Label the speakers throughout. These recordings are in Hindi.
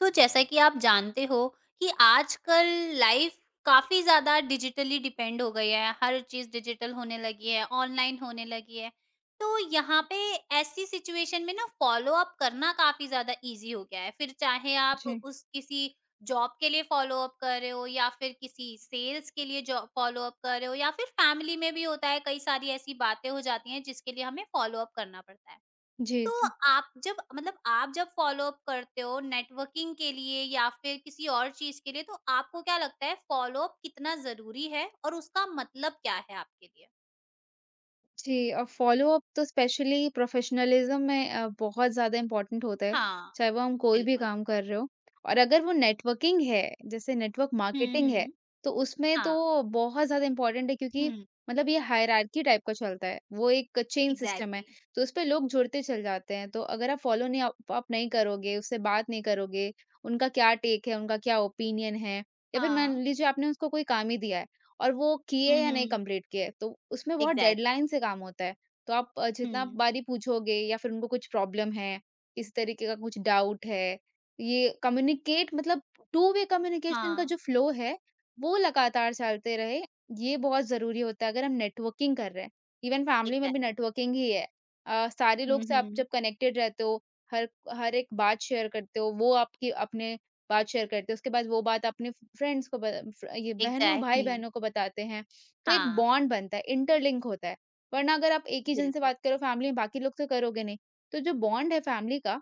Speaker 1: तो जैसा कि आप जानते हो कि आजकल लाइफ काफ़ी ज़्यादा डिजिटली डिपेंड हो गई है। हर चीज़ डिजिटल होने लगी है, ऑनलाइन होने लगी है। तो यहाँ पे ऐसी सिचुएशन में ना फ़ॉलो-अप करना काफ़ी ज़्यादा ईज़ी हो गया है। फिर चाहे आप
Speaker 2: जी,
Speaker 1: उस किसी जॉब के लिए फ़ॉलो-अप कर रहे हो या फिर किसी सेल्स के लिए जॉ फ़ॉलो-अप कर रहे हो या फिर फैमिली में भी होता है, कई सारी ऐसी बातें हो जाती हैं जिसके लिए हमें फ़ॉलो-अप करना पड़ता है।
Speaker 2: जी,
Speaker 1: तो
Speaker 2: जी।
Speaker 1: आप जब फॉलोअप करते हो नेटवर्किंग के लिए या फिर किसी और चीज के लिए तो आपको क्या लगता है फॉलोअप कितना जरूरी है और उसका मतलब क्या है आपके लिए?
Speaker 2: जी, और फ़ॉलो-अप तो स्पेशली प्रोफ़ेशनलिज़्म में बहुत ज़्यादा इम्पोर्टेंट होता है,
Speaker 1: हाँ,
Speaker 2: चाहे वो हम कोई भी
Speaker 1: बिल्कुल।
Speaker 2: काम कर रहे हो। और अगर वो नेटवर्किंग है, जैसे नेटवर्क
Speaker 1: हुँ,
Speaker 2: मार्केटिंग है,
Speaker 1: हुँ।
Speaker 2: तो उसमें तो
Speaker 1: हाँ।
Speaker 2: बहुत ज़्यादा इम्पोर्टेंट है क्योंकि
Speaker 1: हुँ।
Speaker 2: मतलब ये हायरार्की टाइप का चलता है, वो एक चेन सिस्टम है,
Speaker 1: एग्ज़ैक्टली।
Speaker 2: तो उसपे लोग जुड़ते चले जाते हैं। तो अगर आप फ़ॉलो नहीं अप अप नहीं करोगे, उससे बात नहीं करोगे, उनका क्या टेक है, उनका क्या ओपिनियन है या फिर मान
Speaker 1: हाँ।
Speaker 2: लीजिए आपने उसको कोई काम ही दिया है, और वो किए
Speaker 1: हुँ,
Speaker 2: या नहीं
Speaker 1: हुँ।
Speaker 2: कंप्लीट किए। तो उसमें बहुत
Speaker 1: एग्ज़ैक्टली।
Speaker 2: डेडलाइन से काम होता है। तो आप जितना
Speaker 1: हुँ।
Speaker 2: बारी पूछोगे या फिर उनको कुछ प्रॉब्लम है, इस तरीके का कुछ डाउट है, ये कम्युनिकेट मतलब टू वे कम्युनिकेशन का जो
Speaker 1: हाँ,
Speaker 2: फ्लो है, वो लगातार चलते रहे, ये बहुत ज़रूरी होता है अगर हम नेटवर्किंग कर रहे हैं। इवन फैमिली में भी
Speaker 1: एग्ज़ैक्टली।
Speaker 2: नेटवर्किंग ही है। सारे लोग
Speaker 1: हुँ,
Speaker 2: से आप जब
Speaker 1: हुँ।
Speaker 2: कनेक्टेड रहते हो, हर हर एक बात शेयर करते हो, वो आपकी अपने बात शेयर करते हैं, उसके बाद वो बात अपने फ्रेंड्स को ब फ्र ये बहनों
Speaker 1: एग्ज़ैक्टली।
Speaker 2: भाई-बहनों को बताते हैं, तो एक
Speaker 1: हाँ,
Speaker 2: बॉन्ड बनता है, इंटरलिंक होता है। वरना अगर आप एक ही जन से
Speaker 1: बिल्कुल।
Speaker 2: बात करो फैमिली में, बाकी लोग तो करोगे नहीं। तो जो बॉन्ड है फैमिली का,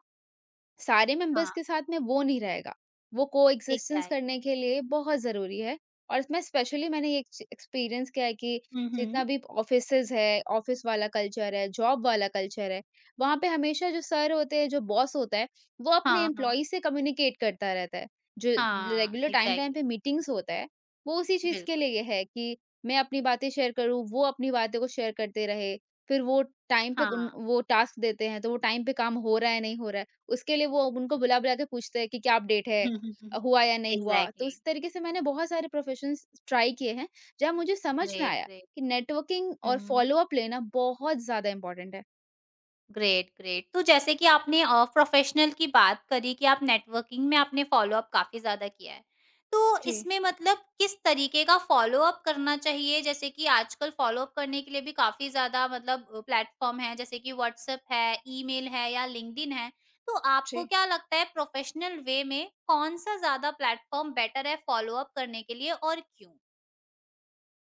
Speaker 2: सारे मेंबर्स
Speaker 1: हाँ,
Speaker 2: के साथ में वो नहीं रहेगा। वो कोएग्जिस्टेंस
Speaker 1: एग्ज़ैक्टली।
Speaker 2: करने के लिए बहुत ज़रूरी है और इसमें स्पेशली मैंने ये एक्सपीरियंस किया है कि
Speaker 1: हुँ,
Speaker 2: जितना
Speaker 1: हुँ।
Speaker 2: भी ऑफिसेज़ है, ऑफिस वाला कल्चर है, जॉब वाला कल्चर है, वहाँ पे हमेशा जो सर होते हैं, जो बॉस होता है, वो अपने
Speaker 1: हाँ, हाँ।
Speaker 2: एम्प्लॉई से कम्युनिकेट करता रहता है। जो
Speaker 1: हाँ,
Speaker 2: रेगुलर टाइम-टाइम
Speaker 1: एग्ज़ैक्टली,
Speaker 2: पे मीटिंग्स होता है, वो उसी चीज़ के
Speaker 1: बिल्कुल।
Speaker 2: लिए है कि मैं अपनी बातें शेयर करूँ, वो अपनी बातें को शेयर करते रहे। फिर वो टाइम पे उन
Speaker 1: हाँ।
Speaker 2: वो टास्क देते हैं, तो वो टाइम पे काम हो रहा है, नहीं हो रहा है। उसके लिए वो उनको बुला-बुला के पूछते हैं कि क्या अपडेट है? हुआ या नहीं हुआ? तो
Speaker 1: एग्ज़ैक्टली,
Speaker 2: उस तरीके से मैंने बहुत सारे प्रोफेशंस ट्राई किए हैं, जहाँ मुझे समझ में
Speaker 1: ग्रेट,
Speaker 2: आया
Speaker 1: ग्रेट।
Speaker 2: कि नेटवर्किंग और
Speaker 1: हुँ,
Speaker 2: फ़ॉलो अप लेना बहुत ज़्यादा इम्पोर्टेंट है।
Speaker 1: Great, great. तो जैसे कि आपने प्रोफ़ेशनल की बात करी कि आप नेटवर्किंग में आपने फ़ॉलो-अप काफ़ी ज़्यादा किया है। तो
Speaker 2: जी,
Speaker 1: इसमें मतलब किस तरीके का फ़ॉलो-अप करना चाहिए? जैसे कि आजकल फ़ॉलो-अप करने के लिए भी काफ़ी ज़्यादा मतलब प्लेटफ़ॉर्म हैं जैसे कि व्हाट्सएप है, ईमेल है या लिंक्डइन है। तो आपको
Speaker 2: जी।
Speaker 1: क्या लगता है प्रोफ़ेशनल वे में कौन-सा ज़्यादा प्लेटफ़ॉर्म बेटर है फ़ॉलो-अप करने के लिए और क्यों?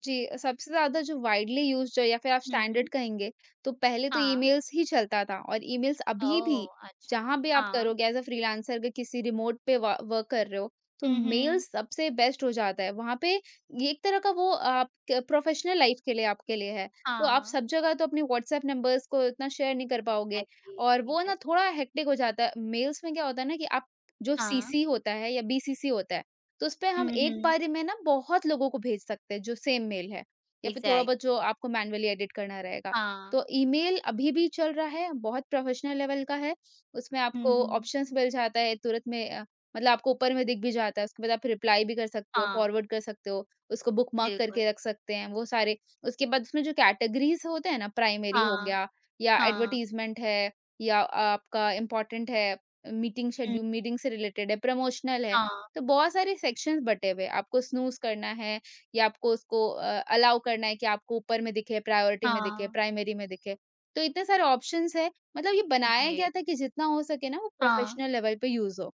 Speaker 2: जी, सबसे ज़्यादा जो वाइडली यूज़्ड जो या फिर आप
Speaker 1: हुँ।
Speaker 2: स्टैंडर्ड कहेंगे, तो पहले तो
Speaker 1: हाँ।
Speaker 2: ईमेल्स ही चलता था और ईमेल्स अभी भी
Speaker 1: ओह! अच्छा।
Speaker 2: जहाँ भी आप
Speaker 1: हाँ।
Speaker 2: करोगे एज़ अ फ्रीलांसर अगर किसी रिमोट पे व वर्क कर रहे हो, तो
Speaker 1: हुँ, हुँ।
Speaker 2: मेल्स सबसे बेस्ट हो जाता है। वहाँ पे ये एक तरह का वो आप क प्रोफ़ेशनल लाइफ़ के लिए आपके लिए है। तो आप
Speaker 1: हाँ।
Speaker 2: सब जगह तो अपने व्हाट्सएप नंबर्स को इतना शेयर नहीं कर पाओगे
Speaker 1: एग्री,
Speaker 2: और वो ना
Speaker 1: एग्ज़ैक्ट।
Speaker 2: थोड़ा हेक्टिक हो जाता है। मेल्स में क्या होता है ना कि आप जो
Speaker 1: हाँ।
Speaker 2: सीसी होता है या बीसीसी होता है तो उसपे हम
Speaker 1: हुँ,
Speaker 2: एक
Speaker 1: हुँ।
Speaker 2: बारी में ना बहुत लोगों को भेज सकते हैं जो सेम मेल है या फिर थोड़ा बहुत जो
Speaker 1: एग्ज़ैक्टली।
Speaker 2: आपको मैन्युअली एडिट करना रहेगा।
Speaker 1: हाँ।
Speaker 2: तो ईमेल अभी भी चल रहा है, बहुत प्रोफेशनल लेवल का है। उसमें
Speaker 1: हुँ,
Speaker 2: आपको
Speaker 1: हुँ।
Speaker 2: ऑप्शंस मिल जाता है तुरंत में मतलब आपको ऊपर में दिख भी जाता है। उसके बाद आप रिप्लाई भी कर सकते हो,
Speaker 1: हाँ।
Speaker 2: फॉरवर्ड कर सकते हो, उसको बुकमार्क
Speaker 1: बिल्कुल।
Speaker 2: करके रख सकते हैं वो सारे। उसके बाद उसमें जो कैटेगरीज़ होते हैं ना प्राइमरी हो
Speaker 1: हाँ,
Speaker 2: गया या
Speaker 1: हाँ।
Speaker 2: एडवर्टाइज़मेंट है या आपका इम्पोर्टेंट है, मीटिंग
Speaker 1: हुँ,
Speaker 2: शेड्यूल मीटिंग से रिलेटेड है, प्रमोशनल है।
Speaker 1: हाँ,
Speaker 2: तो बहुत सारे सेक्शंस बटे हुए हैं, आपको स्नूज़ करना है या आपको उसको अलाउ करना है कि आपको ऊपर में दिखे, प्रायोरिटी में दिखे,
Speaker 1: हाँ।
Speaker 2: प्राइमरी में दिखे। तो इतने सारे ऑप्शंस हैं, मतलब ये बनाया गया
Speaker 1: ग्रेट।
Speaker 2: था कि जितना हो सके ना वो
Speaker 1: हाँ।
Speaker 2: प्रोफेशनल लेवल पे यूज़ हो।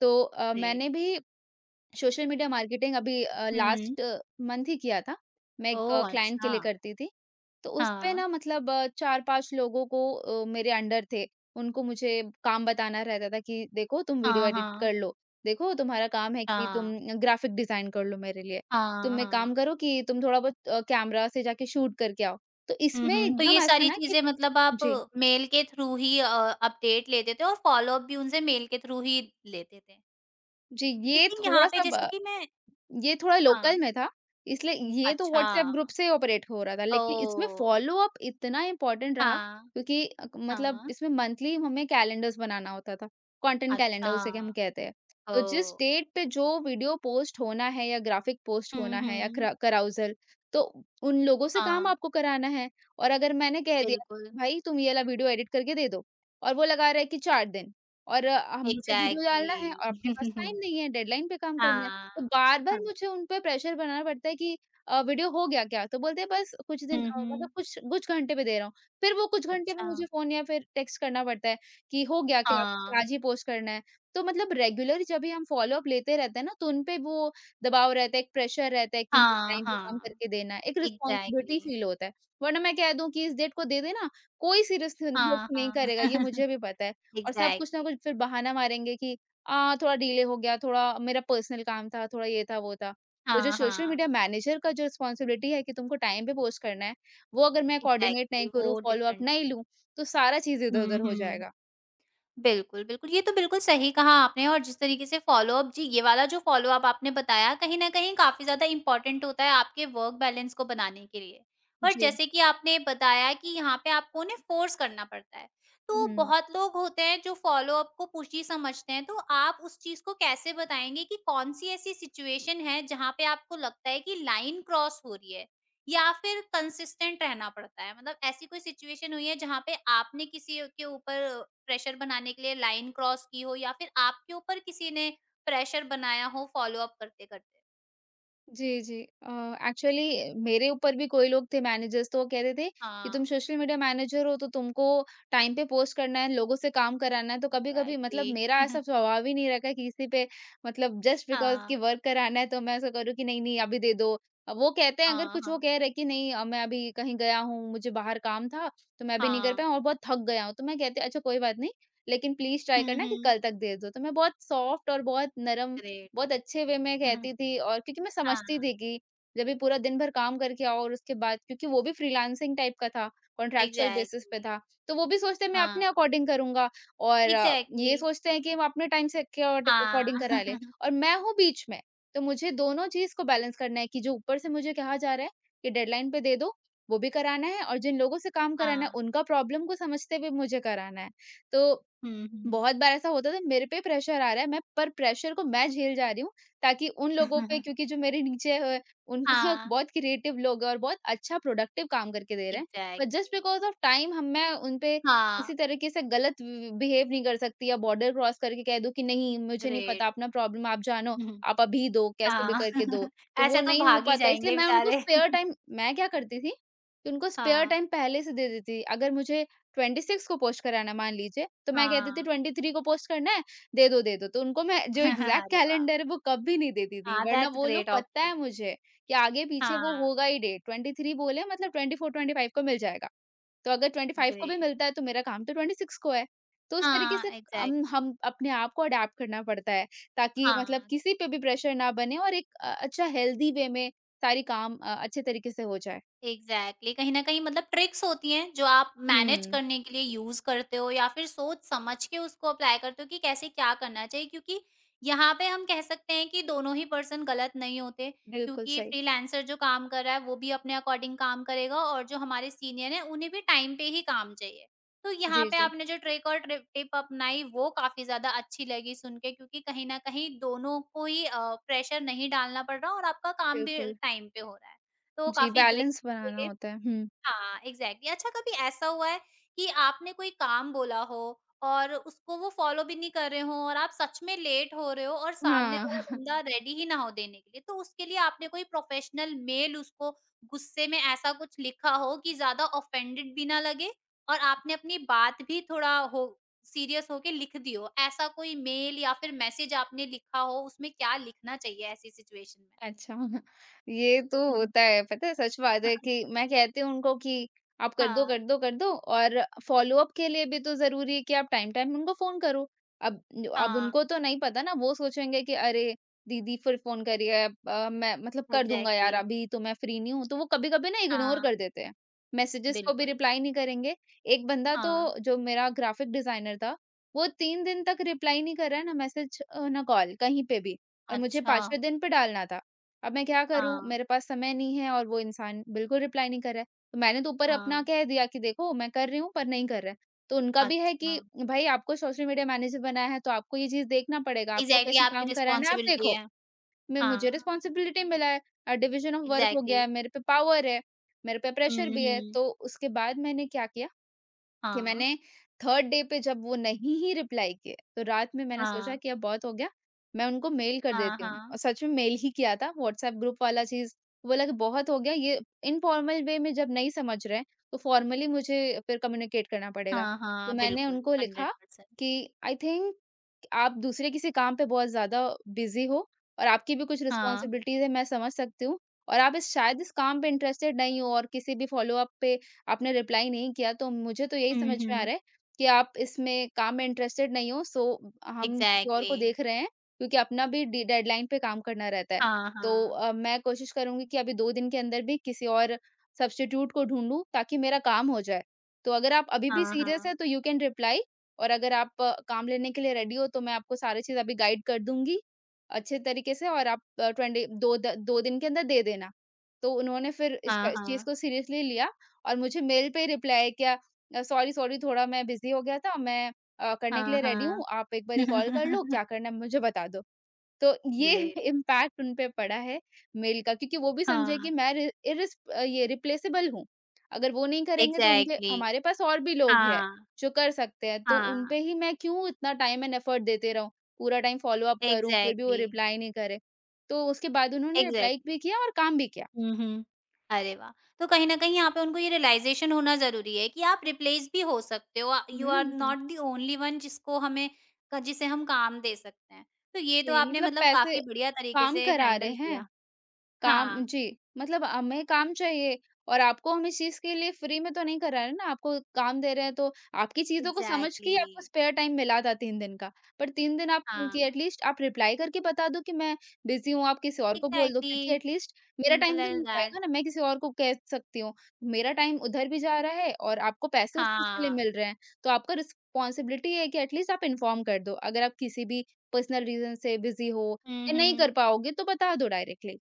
Speaker 2: तो
Speaker 1: ग्रेट।
Speaker 2: मैंने भी सोशल मीडिया मार्केटिंग अभी
Speaker 1: हुँ।
Speaker 2: लास्ट मंथ ही किया था। मैं एक
Speaker 1: ओह!
Speaker 2: क्लाइंट के
Speaker 1: अच्छा।
Speaker 2: लिए करती थी। तो उसपे
Speaker 1: हाँ।
Speaker 2: ना मतलब 4-5 लोगों को मेरे अंडर थे। उनको मुझे काम बताना रहता था कि देखो तुम वीडियो
Speaker 1: हाँ,
Speaker 2: एडिट
Speaker 1: हाँ।
Speaker 2: कर लो। देखो तुम्हारा काम है कि तुम
Speaker 1: हाँ।
Speaker 2: ग्राफिक डिज़ाइन कर लो मेरे लिए।
Speaker 1: हाँ,
Speaker 2: तुम एक
Speaker 1: हाँ।
Speaker 2: काम करो कि तुम थोड़ा बहुत कैमरा से जाके शूट करके आओ। तो
Speaker 1: हुँ,
Speaker 2: इसमें
Speaker 1: हुँ। तो
Speaker 2: एकदम
Speaker 1: ये
Speaker 2: ऐसा
Speaker 1: सारी
Speaker 2: ना कि
Speaker 1: चीज़ें मतलब आप
Speaker 2: जी,
Speaker 1: मेल के थ्रू ही अपडेट लेते थे और फ़ॉलो-अप भी उनसे मेल के थ्रू ही लेते थे।
Speaker 2: जी ये
Speaker 1: लेकिन यहाँ पे
Speaker 2: थोड़ा-सा
Speaker 1: जैसे
Speaker 2: ब
Speaker 1: कि मैं
Speaker 2: ये थोड़ा
Speaker 1: हाँ,
Speaker 2: लोकल में था, इसलिए ये तो
Speaker 1: अच्छा।
Speaker 2: व्हाट्सएप ग्रुप से ऑपरेट हो रहा था, लेकिन इसमें
Speaker 1: ओह!
Speaker 2: फ़ॉलो-अप इतना इम्पोर्टेंट रहा
Speaker 1: हाँ,
Speaker 2: क्योंकि मतलब
Speaker 1: हाँ,
Speaker 2: इसमें मंथली हमें कैलेंडर्स बनाना होता था, कंटेंट कैलेंडर
Speaker 1: अच्छा,
Speaker 2: उसे के हम कहते हैं। तो जिस
Speaker 1: ओह!
Speaker 2: डेट पे जो वीडियो पोस्ट होना है या ग्राफिक पोस्ट
Speaker 1: हुँ,
Speaker 2: होना है या
Speaker 1: हुँ,
Speaker 2: क्रा कराउज़ल, तो उन लोगों से
Speaker 1: हाँ,
Speaker 2: काम आपको कराना है और अगर मैंने कह दिया,
Speaker 1: बिल्कुल,
Speaker 2: "भाई, तुम ये वाला वीडियो एडिट करके दे दो" और वो लगा रहा है कि 4 दिन और मुझे वीडियो डालना है
Speaker 1: एग्ज़ैक्टली।
Speaker 2: और अपने पास टाइम नहीं है, डेडलाइन पे काम करना है।
Speaker 1: हाँ,
Speaker 2: तो बार-बार
Speaker 1: हाँ,
Speaker 2: मुझे उन पे प्रेशर बनाना पड़ता है कि वीडियो हो गया क्या? तो बोलते हैं बस कुछ दिन
Speaker 1: हुँ,
Speaker 2: मतलब
Speaker 1: हुँ,
Speaker 2: कुछ कुछ घंटे पे दे रहा हूँ। फिर वो कुछ घंटे पे
Speaker 1: अच्छा,
Speaker 2: मुझे फ़ोन या फिर टेक्स्ट करना पड़ता है कि हो गया क्या? तो
Speaker 1: हाँ,
Speaker 2: आज ही पोस्ट करना है। तो मतलब रेगुलर जब भी हम फ़ॉलो-अप लेते रहते हैं ना तो उन पे वो दबाव रहता है, एक प्रेशर रहता है कि नहीं
Speaker 1: हाँ,
Speaker 2: टाइम पे काम
Speaker 1: हाँ,
Speaker 2: करके देना है, एक रिस्पॉन्सिबिलिटी
Speaker 1: एग्ज़ैक्टली।
Speaker 2: फ़ील होता है। वरना मैं कह दूँ कि इस डेट को दे देना, कोई सीरियसली
Speaker 1: हाँ,
Speaker 2: नहीं
Speaker 1: हाँ,
Speaker 2: करेगा ये मुझे भी पता है। और सब कुछ ना
Speaker 1: एग्ज़ैक्टली।
Speaker 2: कुछ फिर बहाना मारेंगे कि थोड़ा डिले हो गया, थोड़ा मेरा पर्सनल काम था, थोड़ा ये था, वो था। तो जो
Speaker 1: हाँ,
Speaker 2: सोशल
Speaker 1: हाँ,
Speaker 2: मीडिया मैनेजर का जो रिस्पॉन्सिबिलिटी है कि तुमको टाइम पे पोस्ट करना है, वो अगर मैं कोऑर्डिनेट
Speaker 1: एग्ज़ैक्टली
Speaker 2: नहीं करूँ,
Speaker 1: वो
Speaker 2: फ़ॉलो अप
Speaker 1: डिफ़रेंट है।
Speaker 2: नहीं लूँ, तो सारा चीज़
Speaker 1: हुँ,
Speaker 2: इधर-उधर हो
Speaker 1: हुँ।
Speaker 2: जाएगा।
Speaker 1: बिल्कुल, बिल्कुल। ये तो बिल्कुल सही कहा आपने और जिस तरीके से फ़ॉलो-अप जी, ये वाला जो फ़ॉलो-अप आपने बताया कहीं न कहीं काफ़ी ज़्यादा इम्पोर्टेंट होता है आपके वर्क बैलेंस को बनाने के लिए। पर
Speaker 2: जी।
Speaker 1: जैसे कि आपने बताया कि यहाँ पे आपको उन्हें फ़ोर्स करना पड़ता है। तो
Speaker 2: हुँ।
Speaker 1: बहुत लोग होते हैं जो फ़ॉलो-अप को पुष्टि समझते हैं, तो आप उस चीज़ को कैसे बताएँगे कि कौन-सी ऐसी सिचुएशन है जहाँ पे आपको लगता है कि लाइन क्रॉस हो रही है? या फिर कंसिस्टेंट रहना पड़ता है? मतलब ऐसी कोई सिचुएशन हुई है जहाँ पे आपने किसी के ऊपर प्रेशर बनाने के लिए लाइन क्रॉस की हो या फिर आपके ऊपर किसी ने प्रेशर बनाया हो फ़ॉलो-अप करते-करते?
Speaker 2: जी, जी। एक्चुअली मेरे ऊपर भी कोई लोग थे मैनेजर्स तो वो कहते थे कि
Speaker 1: हाँ,
Speaker 2: तुम सोशल मीडिया मैनेजर हो तो तुमको टाइम पे पोस्ट करना है, लोगों से काम कराना है। तो कभी-कभी
Speaker 1: एग्ज़ैक्टली।
Speaker 2: मतलब मेरा ऐसा स्वभाव ही नहीं रखा है कि किसी पे मतलब जस्ट बिकॉज़ कि
Speaker 1: हाँ,
Speaker 2: वर्क कराना है तो मैं ऐसा करूँ कि नहीं, नहीं अभी दे दो। वो कहते हैं अगर
Speaker 1: हाँ,
Speaker 2: कुछ वो
Speaker 1: हाँ,
Speaker 2: कह रहे हैं कि नहीं मैं अभी कहीं गया हूँ, मुझे बाहर काम था तो मैं अभी नहीं कर
Speaker 1: हाँ।
Speaker 2: पाया और बहुत थक गया हूँ। तो मैं कहती अच्छा कोई बात नहीं, लेकिन प्लीज़ ट्राई
Speaker 1: हुँ,
Speaker 2: करना कि
Speaker 1: हुँ।
Speaker 2: कल तक दे दो। तो मैं बहुत सॉफ्ट और बहुत नरम
Speaker 1: ग्रेट।
Speaker 2: बहुत अच्छे वे में
Speaker 1: हुँ, हुँ।
Speaker 2: कहती थी और क्योंकि मैं समझती
Speaker 1: हाँ,
Speaker 2: थी कि जब भी पूरा दिन भर काम करके आओ और उसके बाद क्योंकि वो भी फ्रीलांसिंग टाइप का था, कॉन्ट्रैक्चुअल बेसिस पे
Speaker 1: एग्ज़ैक्टली।
Speaker 2: था, तो वो भी सोचते हैं मैं
Speaker 1: हाँ,
Speaker 2: अपने अकॉर्डिंग करूँगा और
Speaker 1: एग्ज़ैक्टली।
Speaker 2: ये सोचते हैं कि हम अपने टाइम से के
Speaker 1: हाँ,
Speaker 2: अकॉर्डिंग करा लें और मैं हूँ बीच में। तो मुझे दोनों चीज़ को बैलेंस करना है कि जो ऊपर से मुझे कहा जा रहा है कि डेडलाइन पे दे दो, वो भी कराना है और जिन लोगों से काम कराना है,
Speaker 1: हाँ।
Speaker 2: उनका प्रॉब्लम को समझते हुए मुझे कराना है। तो
Speaker 1: हुँ, हुँ।
Speaker 2: बहुत बार ऐसा होता था मेरे पे प्रेशर आ रहा है मैं पर प्रेशर को मैं झेल जा रही हूँ ताकि उन लोगों पे क्योंकि जो मेरे नीचे है उनका
Speaker 1: हाँ,
Speaker 2: बहुत क्रिएटिव लोग हैं और बहुत अच्छा प्रोडक्टिव काम करके दे रहे हैं but just
Speaker 1: exactly.
Speaker 2: Because of time हम मैं उन पे
Speaker 1: हाँ,
Speaker 2: किसी तरीके से गलत बिहेव नहीं कर सकती या बॉर्डर क्रॉस करके कह दूं कि नहीं मुझे नहीं
Speaker 1: ग्रेट।
Speaker 2: पता अपना प्रॉब्लम आप जानो
Speaker 1: हुँ, हुँ।
Speaker 2: आप अभी दो कैसे भी
Speaker 1: हाँ,
Speaker 2: करके दो तो वो
Speaker 1: ऐसे तो
Speaker 2: नहीं हो
Speaker 1: भाग ही
Speaker 2: पाता इसलिए
Speaker 1: जाएँगे बेचारे।
Speaker 2: मैं क्या करती थी कि उनको स्पेयर
Speaker 1: हाँ,
Speaker 2: टाइम पहले से दे देती थी अगर मुझे 26 को पोस्ट कराना है मान लीजिए, तो मैं कहती थी
Speaker 1: हाँ।
Speaker 2: 23 को पोस्ट करना है, दे दो, दे दो। तो उनको मैं जो एग्ज़ैक्ट
Speaker 1: अरे वाह!
Speaker 2: कैलेंडर है वो कभी नहीं देती थी,
Speaker 1: हाँ,
Speaker 2: वरना
Speaker 1: दैट्स
Speaker 2: वो लोग
Speaker 1: ग्रेट
Speaker 2: पता
Speaker 1: ऑप्शन।
Speaker 2: है मुझे कि आगे-पीछे वो
Speaker 1: हाँ,
Speaker 2: होगा ही डेट, 23 बोले मतलब 24-25 को मिल जाएगा। तो अगर 25 को भी
Speaker 1: ग्रेट।
Speaker 2: मिलता है तो मेरा काम तो 26 को है। तो उस तरीके
Speaker 1: हाँ,
Speaker 2: से हम
Speaker 1: एग्ज़ैक्टली।
Speaker 2: हम अपने आप को अडैप्ट करना पड़ता है ताकि मतलब
Speaker 1: हाँ।
Speaker 2: किसी पे भी प्रेशर ना बने और एक अच्छा हेल्दी वे में सारी काम अच्छे तरीके से हो जाए।
Speaker 1: Exactly exactly। कहीं न कहीं मतलब ट्रिक्स होती हैं जो आप मैनेज
Speaker 2: हुँ,
Speaker 1: करने के लिए यूज़ करते हो या फिर सोच समझ के उसको अप्लाई करते हो कि कैसे क्या करना चाहिए, क्योंकि यहाँ पे हम कह सकते हैं कि दोनों ही पर्सन गलत नहीं होते,
Speaker 2: बिल्कुल
Speaker 1: क्योंकि
Speaker 2: सही।
Speaker 1: फ्रीलांसर जो काम कर रहा है वो भी अपने अकॉर्डिंग काम करेगा और जो हमारे सीनियर हैं उन्हें भी टाइम पे ही काम चाहिए। तो यहाँ
Speaker 2: जी,
Speaker 1: पे
Speaker 2: जी,
Speaker 1: आपने जो ट्रिक और ट्रिप टिप अपनाई वो काफ़ी ज़्यादा अच्छी लगी सुन के, क्योंकि कहीं न कहीं दोनों को ही प्रेशर नहीं डालना पड़ रहा और आपका काम भी
Speaker 2: बिल्कुल।
Speaker 1: टाइम पे हो रहा है। तो
Speaker 2: जी,
Speaker 1: काफ़ी ग्रेट
Speaker 2: बैलेंस बनाना
Speaker 1: क्रिएटिव।
Speaker 2: होता है। हुँ।
Speaker 1: हाँ, एग्ज़ैक्टली। अच्छा, कभी ऐसा हुआ है कि आपने कोई काम बोला हो और उसको वो फ़ॉलो भी नहीं कर रहे हों और आप सच में लेट हो रहे हो और सामने वाला
Speaker 2: हाँ।
Speaker 1: बंदा रेडी ही ना हो देने के लिए, तो उसके लिए आपने कोई प्रोफ़ेशनल मेल उसको गुस्से में ऐसा कुछ लिखा हो कि ज़्यादा ऑफ़ेंडेड भी ना लगे और आपने अपनी बात भी थोड़ा हो सीरियस होके लिख दी हो, ऐसा कोई मेल या फिर मैसेज आपने लिखा हो, उसमें क्या लिखना चाहिए ऐसी सिचुएशन में?
Speaker 2: अच्छा, ये तो
Speaker 1: हुँ, हुँ।
Speaker 2: होता है, पता है सच बात है कि मैं कहती हूँ उनको कि आप कर दो,
Speaker 1: हाँ,
Speaker 2: कर दो, कर दो और फ़ॉलो-अप के लिए भी तो ज़रूरी है कि आप टाइम-टाइम उनको फ़ोन करो। अब अब
Speaker 1: हाँ,
Speaker 2: उनको तो नहीं पता ना, वो सोचेंगे कि अरे! दीदी फिर फ़ोन कर रही है, मैं मतलब कर दूँगा यार,
Speaker 1: एग्ज़ैक्टली,
Speaker 2: अभी तो मैं फ्री नहीं हूँ, तो वो कभी-कभी ना इग्नोर
Speaker 1: हाँ।
Speaker 2: कर देते हैं। मैसेजेस को भी
Speaker 1: बिल्कुल,
Speaker 2: रिप्लाई नहीं करेंगे। एक बंदा तो
Speaker 1: हाँ,
Speaker 2: जो मेरा ग्राफ़िक डिज़ाइनर था, वो 3 दिन तक रिप्लाई नहीं कर रहा है, ना मैसेज ना कॉल, कहीं पे भी। और मुझे
Speaker 1: अच्छा,
Speaker 2: 5वें दिन पे डालना था। अब मैं क्या करूँ?
Speaker 1: हाँ,
Speaker 2: मेरे पास समय नहीं है और वो इंसान बिल्कुल रिप्लाई नहीं कर रहा है। तो मैंने तो ऊपर अपना
Speaker 1: हाँ,
Speaker 2: कह दिया कि देखो मैं कर रही हूँ, पर नहीं कर रहा है। तो उनका भी है
Speaker 1: अच्छा,
Speaker 2: कि भाई, आपको सोशल मीडिया मैनेजर बनाया है तो आपको ये चीज़ देखना पड़ेगा, आपको
Speaker 1: एग्ज़ैक्टली।
Speaker 2: कैसे
Speaker 1: आपकी
Speaker 2: काम कराना है आप
Speaker 1: रिस्पॉन्सिबिलिटी
Speaker 2: देखो।
Speaker 1: है,
Speaker 2: मैं मुझे
Speaker 1: हाँ,
Speaker 2: रिस्पॉन्सिबिलिटी मिला है, डिवीज़न ऑफ वर्क हो गया
Speaker 1: एग्ज़ैक्टली,
Speaker 2: है, मेरे पे पावर है, मेरे पे
Speaker 1: हुँ,
Speaker 2: प्रेशर भी है।
Speaker 1: हुँ,
Speaker 2: तो उसके बाद मैंने क्या किया कि
Speaker 1: हाँ,
Speaker 2: मैंने थर्ड डे पे जब वो नहीं ही रिप्लाई किए, तो रात में मैंने सोचा
Speaker 1: हाँ,
Speaker 2: कि अब बहुत हो गया, मैं उनको मेल कर
Speaker 1: हाँ,
Speaker 2: देती हूँ।
Speaker 1: हाँ,
Speaker 2: और सच में मेल ही किया था व्हाट्सएप ग्रुप वाला चीज़, बोला कि बहुत हो गया ये, इनफॉर्मल वे में जब नहीं समझ रहे हैं, तो फॉर्मली मुझे फिर कम्युनिकेट करना पड़ेगा।
Speaker 1: हाँ,
Speaker 2: तो
Speaker 1: हाँ,
Speaker 2: मैंने
Speaker 1: बिल्कुल,
Speaker 2: उनको लिखा
Speaker 1: 100%
Speaker 2: कि आई थिंक, आप दूसरे किसी काम पे बहुत ज़्यादा बिज़ी हो और आपकी भी कुछ
Speaker 1: हाँ,
Speaker 2: रिस्पॉन्सिबिलिटीज़ है, मैं समझ सकती हूँ। और आप इस शायद इस काम पे इंटरेस्टेड नहीं हो, और किसी भी फ़ॉलो-अप पे आपने रिप्लाई नहीं किया, तो मुझे तो यही
Speaker 1: हुँ,
Speaker 2: समझ में आ
Speaker 1: हुँ,
Speaker 2: रहा है कि आप इसमें काम में इंटरेस्टेड नहीं हो, सो हम किसी और
Speaker 1: एग्ज़ैक्टली,
Speaker 2: को देख रहे हैं, क्योंकि अपना भी डी डेडलाइन पे काम करना रहता है।
Speaker 1: हाँ,
Speaker 2: तो
Speaker 1: हाँ,
Speaker 2: मैं कोशिश करूँगी कि अभी 2 दिन के अंदर भी किसी और सब्स्टिट्यूट को ढूँढूँ, ताकि मेरा काम हो जाए। तो अगर आप अभी भी
Speaker 1: हाँ,
Speaker 2: सीरियस है,
Speaker 1: हाँ,
Speaker 2: तो यू कैन रिप्लाई। और अगर आप काम लेने के लिए रेडी हो, तो मैं आपको सारी चीज़ अभी गाइड कर दूँगी, अच्छे तरीके से, और आप 20 2 द 2 दिन के अंदर दे देना। तो उन्होंने फिर इस च
Speaker 1: हाँ,
Speaker 2: इस चीज़
Speaker 1: हाँ,
Speaker 2: को सीरियसली लिया, और मुझे मेल पे ही रिप्लाई किया, सॉरी, सॉरी थोड़ा मैं बिज़ी हो गया था, मैं करने के
Speaker 1: हाँ,
Speaker 2: लिए रेडी
Speaker 1: हाँ,
Speaker 2: हूँ, आप एक बारी कॉल कर लो, क्या करना है मुझे बता दो। तो ये
Speaker 1: ग्रेट,
Speaker 2: इम्पैक्ट उन पे पड़ा है मेल का, क्योंकि वो भी समझे कि
Speaker 1: हाँ,
Speaker 2: मैं ये रिप्लेसेबल हूँ। अगर वो नहीं करेंगे तो उनके
Speaker 1: एग्ज़ैक्टली,
Speaker 2: हमारे पास और भी लोग हैं,
Speaker 1: हाँ,
Speaker 2: जो कर सकते हैं। तो उन
Speaker 1: हाँ,
Speaker 2: पे ही मैं क्यों इतना टाइम एंड एफर्ट देते रहूं, पूरा टाइम फॉलो अप करूं, फिर भी वो
Speaker 1: एग्ज़ैक्टली,
Speaker 2: रिप्लाई नहीं करे। तो उसके बाद उन्होंने रिप्लाई
Speaker 1: एग्ज़ैक्टली।
Speaker 2: भी किया और काम भी किया।
Speaker 1: हुँ, हुँ। अरे वाह! तो कहीं न कहीं यहाँ पे उनको ये रियलाइज़ेशन होना ज़रूरी है कि आप रिप्लेस भी हो सकते हो। You
Speaker 2: hmm,
Speaker 1: are
Speaker 2: hmm.
Speaker 1: Not the only one जिसको हमें क जिसे हम काम दे सकते हैं। तो ये तो
Speaker 2: जी,
Speaker 1: आपने
Speaker 2: मतलब
Speaker 1: मतलब
Speaker 2: पैसे
Speaker 1: काफ़ी बढ़िया तरीके
Speaker 2: काम
Speaker 1: से
Speaker 2: करा रहे
Speaker 1: हैंडल
Speaker 2: हैं,
Speaker 1: किया।
Speaker 2: काम,
Speaker 1: हाँ,
Speaker 2: जी, मतलब हमें काम चाहिए। और आपको हम इस चीज़ के लिए फ्री में तो नहीं करा रहे ना, आपको काम दे रहे हैं, तो आपकी चीज़ों को समझ के ही
Speaker 1: एग्ज़ैक्टली।
Speaker 2: आपको स्पेयर टाइम मिला था 3 दिन का। पर 3 दिन आप
Speaker 1: हाँ,
Speaker 2: एटलीस्ट आप रिप्लाई करके बता दो कि मैं बिज़ी हूँ, आप किसी और को बोल दो, क्योंकि
Speaker 1: एग्ज़ैक्टली।
Speaker 2: एटलीस्ट मेरा
Speaker 1: सिंपल
Speaker 2: टाइम तो नहीं
Speaker 1: एज़
Speaker 2: जाएगा
Speaker 1: दैट।
Speaker 2: ना, मैं किसी और को कह सकती हूँ। मेरा टाइम उधर भी जा रहा है और आपको पैसे उस चीज़ के लिए
Speaker 1: हाँ।
Speaker 2: मिल रहे हैं, तो आपका रिस्पॉन्सिबिलिटी है कि एटलीस्ट आप इन्फॉर्म कर दो। अगर आप किसी भी पर्सनल रीज़न से बिज़ी हो
Speaker 1: हुँ,
Speaker 2: या नहीं
Speaker 1: हुँ।
Speaker 2: कर पाओगे, तो बता दो डायरेक्टली।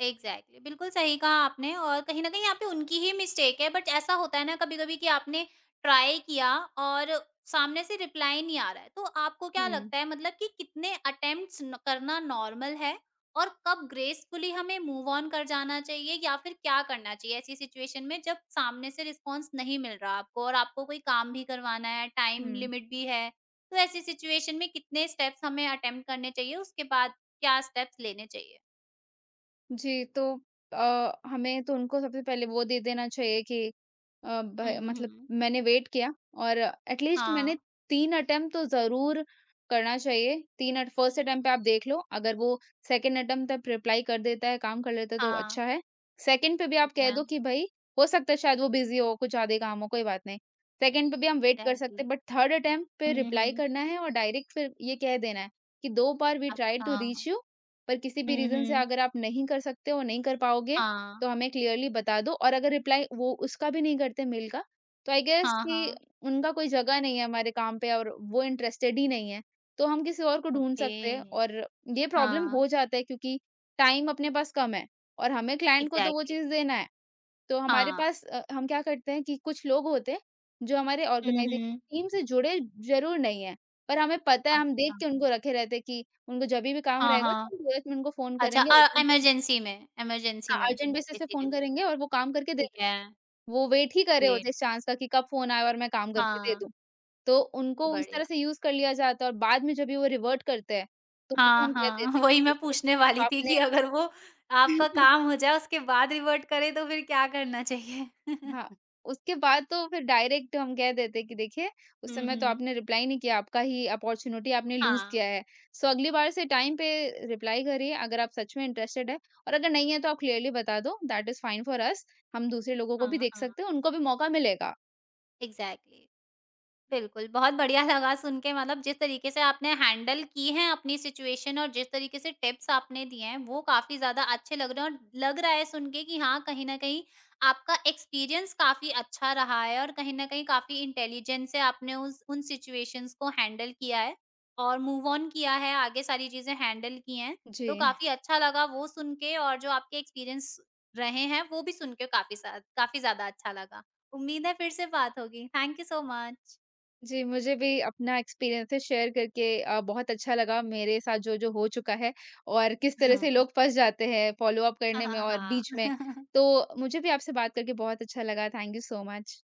Speaker 1: Exactly exactly। बिल्कुल सही कहा आपने और कहीं ना कहीं यहाँ पे उनकी ही मिस्टेक है, बट ऐसा होता है ना कभी कभी कि आपने ट्राई किया और सामने से रिप्लाई नहीं आ रहा है, तो आपको क्या
Speaker 2: हुँ,
Speaker 1: लगता है मतलब कि कितने अटेम्प्ट्स करना नॉर्मल है और कब ग्रेसफुली हमें मूव ऑन कर जाना चाहिए या फिर क्या करना चाहिए ऐसी सिचुएशन में जब सामने से रिस्पॉन्स नहीं मिल रहा आपको और आपको कोई काम भी करवाना है, टाइम
Speaker 2: हुँ।
Speaker 1: लिमिट भी है? तो ऐसी सिचुएशन में कितने स्टेप्स हमें अटेम्प्ट करने चाहिए उसके बाद क्या स्टेप्स लेने
Speaker 2: जी, तो हमें तो उनको सबसे पहले वो दे देना चाहिए कि अ, भ मतलब
Speaker 1: चाहिए?
Speaker 2: मैंने वेट किया, और एट लीस्ट
Speaker 1: हाँ,
Speaker 2: मैंने 3 अटेम्प्ट तो ज़रूर करना चाहिए। 3 अट फर्स्ट अटेम्प्ट पे आप देख लो, अगर वो सेकंड अटेम्प्ट तक रिप्लाई कर देता है, काम कर लेता है, तो
Speaker 1: हाँ,
Speaker 2: अच्छा है। सेकंड पे भी आप
Speaker 1: ठीक
Speaker 2: कह
Speaker 1: है,
Speaker 2: दो कि भई, हो सकता है शायद वो बिज़ी हो, कुछ ज़्यादा ही काम हो, कोई बात नहीं। सेकंड पे भी हम वेट कर सकते
Speaker 1: तहरी,
Speaker 2: हैं, बट थर्ड अटेम्प्ट पे
Speaker 1: हुँ,
Speaker 2: रिप्लाई
Speaker 1: हुँ,
Speaker 2: करना है, और डायरेक्ट फिर ये कह देना है कि, "2 बार वी ट्राइड
Speaker 1: अच्छा।
Speaker 2: टू रीच यू, पर किसी भी
Speaker 1: हुँ,
Speaker 2: रीज़न से
Speaker 1: हुँ।
Speaker 2: अगर आप नहीं कर सकते हो, नहीं कर पाओगे,
Speaker 1: हाँ,
Speaker 2: तो हमें क्लियरली बता दो। और अगर रिप्लाई वो उसका भी नहीं करते मेल का, तो आई गेस
Speaker 1: हाँ,
Speaker 2: कि
Speaker 1: हाँ,
Speaker 2: उनका कोई जगह नहीं है हमारे काम पे, और वो इंटरेस्टेड ही नहीं है। तो हम किसी और को ढूँढ
Speaker 1: ओके,
Speaker 2: सकते हैं, और ये प्रॉब्लम
Speaker 1: हाँ,
Speaker 2: हो जाता है, क्योंकि टाइम अपने पास कम है, और हमें क्लाइंट को तो वो
Speaker 1: एग्ज़ैक्टली,
Speaker 2: चीज़ देना है। तो हमारे
Speaker 1: हाँ।
Speaker 2: पास हम क्या करते हैं कि कुछ लोग होते हैं, जो हमारे
Speaker 1: हुँ,
Speaker 2: ऑर्गेनाइजेशन
Speaker 1: हुँ।
Speaker 2: टीम से जुड़े ज़रूर नहीं हैं, पर हमें पता है, हम
Speaker 1: अच्छा,
Speaker 2: देख के उनको रखे रहते हैं कि उनको जभी भी काम
Speaker 1: हाँ,
Speaker 2: रहेगा तो
Speaker 1: हाँ,
Speaker 2: हम तुरंत में उनको फ़ोन
Speaker 1: अच्छा,
Speaker 2: करेंगे, अर्जेंट बेसिस।
Speaker 1: इमरजेंसी
Speaker 2: हाँ,
Speaker 1: में
Speaker 2: अर्जेंट बेसिस पे फ़ोन
Speaker 1: बेसिकली,
Speaker 2: करेंगे, और वो काम करके दे
Speaker 1: ठीक
Speaker 2: दें।
Speaker 1: है,
Speaker 2: वो वेट ही कर रहे होते
Speaker 1: ग्रेट,
Speaker 2: हैं इस चांस का कि कब फ़ोन आए और मैं काम करके दे
Speaker 1: हाँ,
Speaker 2: दूँ। तो उनको उस तरह
Speaker 1: बढ़िया।
Speaker 2: से यूज़ कर लिया जाता है, और बाद में जब भी वो रिवर्ट करते हैं, तो उनको
Speaker 1: हाँ,
Speaker 2: हम कह देते हैं
Speaker 1: हाँ,
Speaker 2: कि
Speaker 1: वही मैं
Speaker 2: देखो इस
Speaker 1: पूछने
Speaker 2: समय तो
Speaker 1: वाली थी कि
Speaker 2: आपने
Speaker 1: अगर वो आपका काम हो जाए उसके बाद रिवर्ट करें तो फिर क्या करना चाहिए?
Speaker 2: हाँ, उसके बाद तो फिर डायरेक्ट हम कह देते कि देखिए, उस
Speaker 1: हुँ,
Speaker 2: समय तो
Speaker 1: हुँ।
Speaker 2: आपने रिप्लाई नहीं किया, आपका ही अपॉर्च्युनिटी आपने लूज़ किया
Speaker 1: हाँ,
Speaker 2: है। सो अगली बार से टाइम पे रिप्लाई करिए अगर आप सच में इंटरेस्टेड है। और अगर नहीं है तो आप क्लियरली बता दो, that is fine for us. हम दूसरे लोगों को भी
Speaker 1: हाँ,
Speaker 2: देख
Speaker 1: हाँ,
Speaker 2: सकते हैं, उनको भी मौका मिलेगा।
Speaker 1: एग्ज़ैक्टली। बिल्कुल, बहुत बढ़िया लगा सुन के मतलब जिस तरीके से आपने हैंडल की है अपनी सिचुएशन और जिस तरीके से टिप्स आपने दिए हैं, वो काफ़ी ज़्यादा अच्छे लग रहे हैं और लग रहा है सुन के कि हाँ, कहीं न कहीं आपका एक्सपीरियंस काफ़ी अच्छा रहा है और कहीं न कहीं काफ़ी इंटेलिजेंस से आपने उस उन सिचुएशंस को हैंडल किया है और मूव ऑन किया है, आगे सारी चीज़ें हैंडल की हैं।
Speaker 2: जी।
Speaker 1: तो काफ़ी अच्छा लगा वो सुन के और जो आपके एक्सपीरियंस रहे हैं, वो भी सुन के काफ़ी ज़्यादा अच्छा लगा। उम्मीद है फिर से बात होगी। Thank you so much.
Speaker 2: जी, मुझे भी अपना एक्सपीरियंसेस शेयर करके बहुत अच्छा लगा, मेरे साथ जो-जो हो चुका है और किस तरह
Speaker 1: 嗯，
Speaker 2: से लोग फँस जाते हैं फ़ॉलो अप
Speaker 1: 哈
Speaker 2: करने में
Speaker 1: 哈
Speaker 2: और
Speaker 1: 哈，
Speaker 2: बीच में।
Speaker 1: 哈
Speaker 2: तो मुझे भी आपसे बात करके बहुत अच्छा लगा। Thank you so much.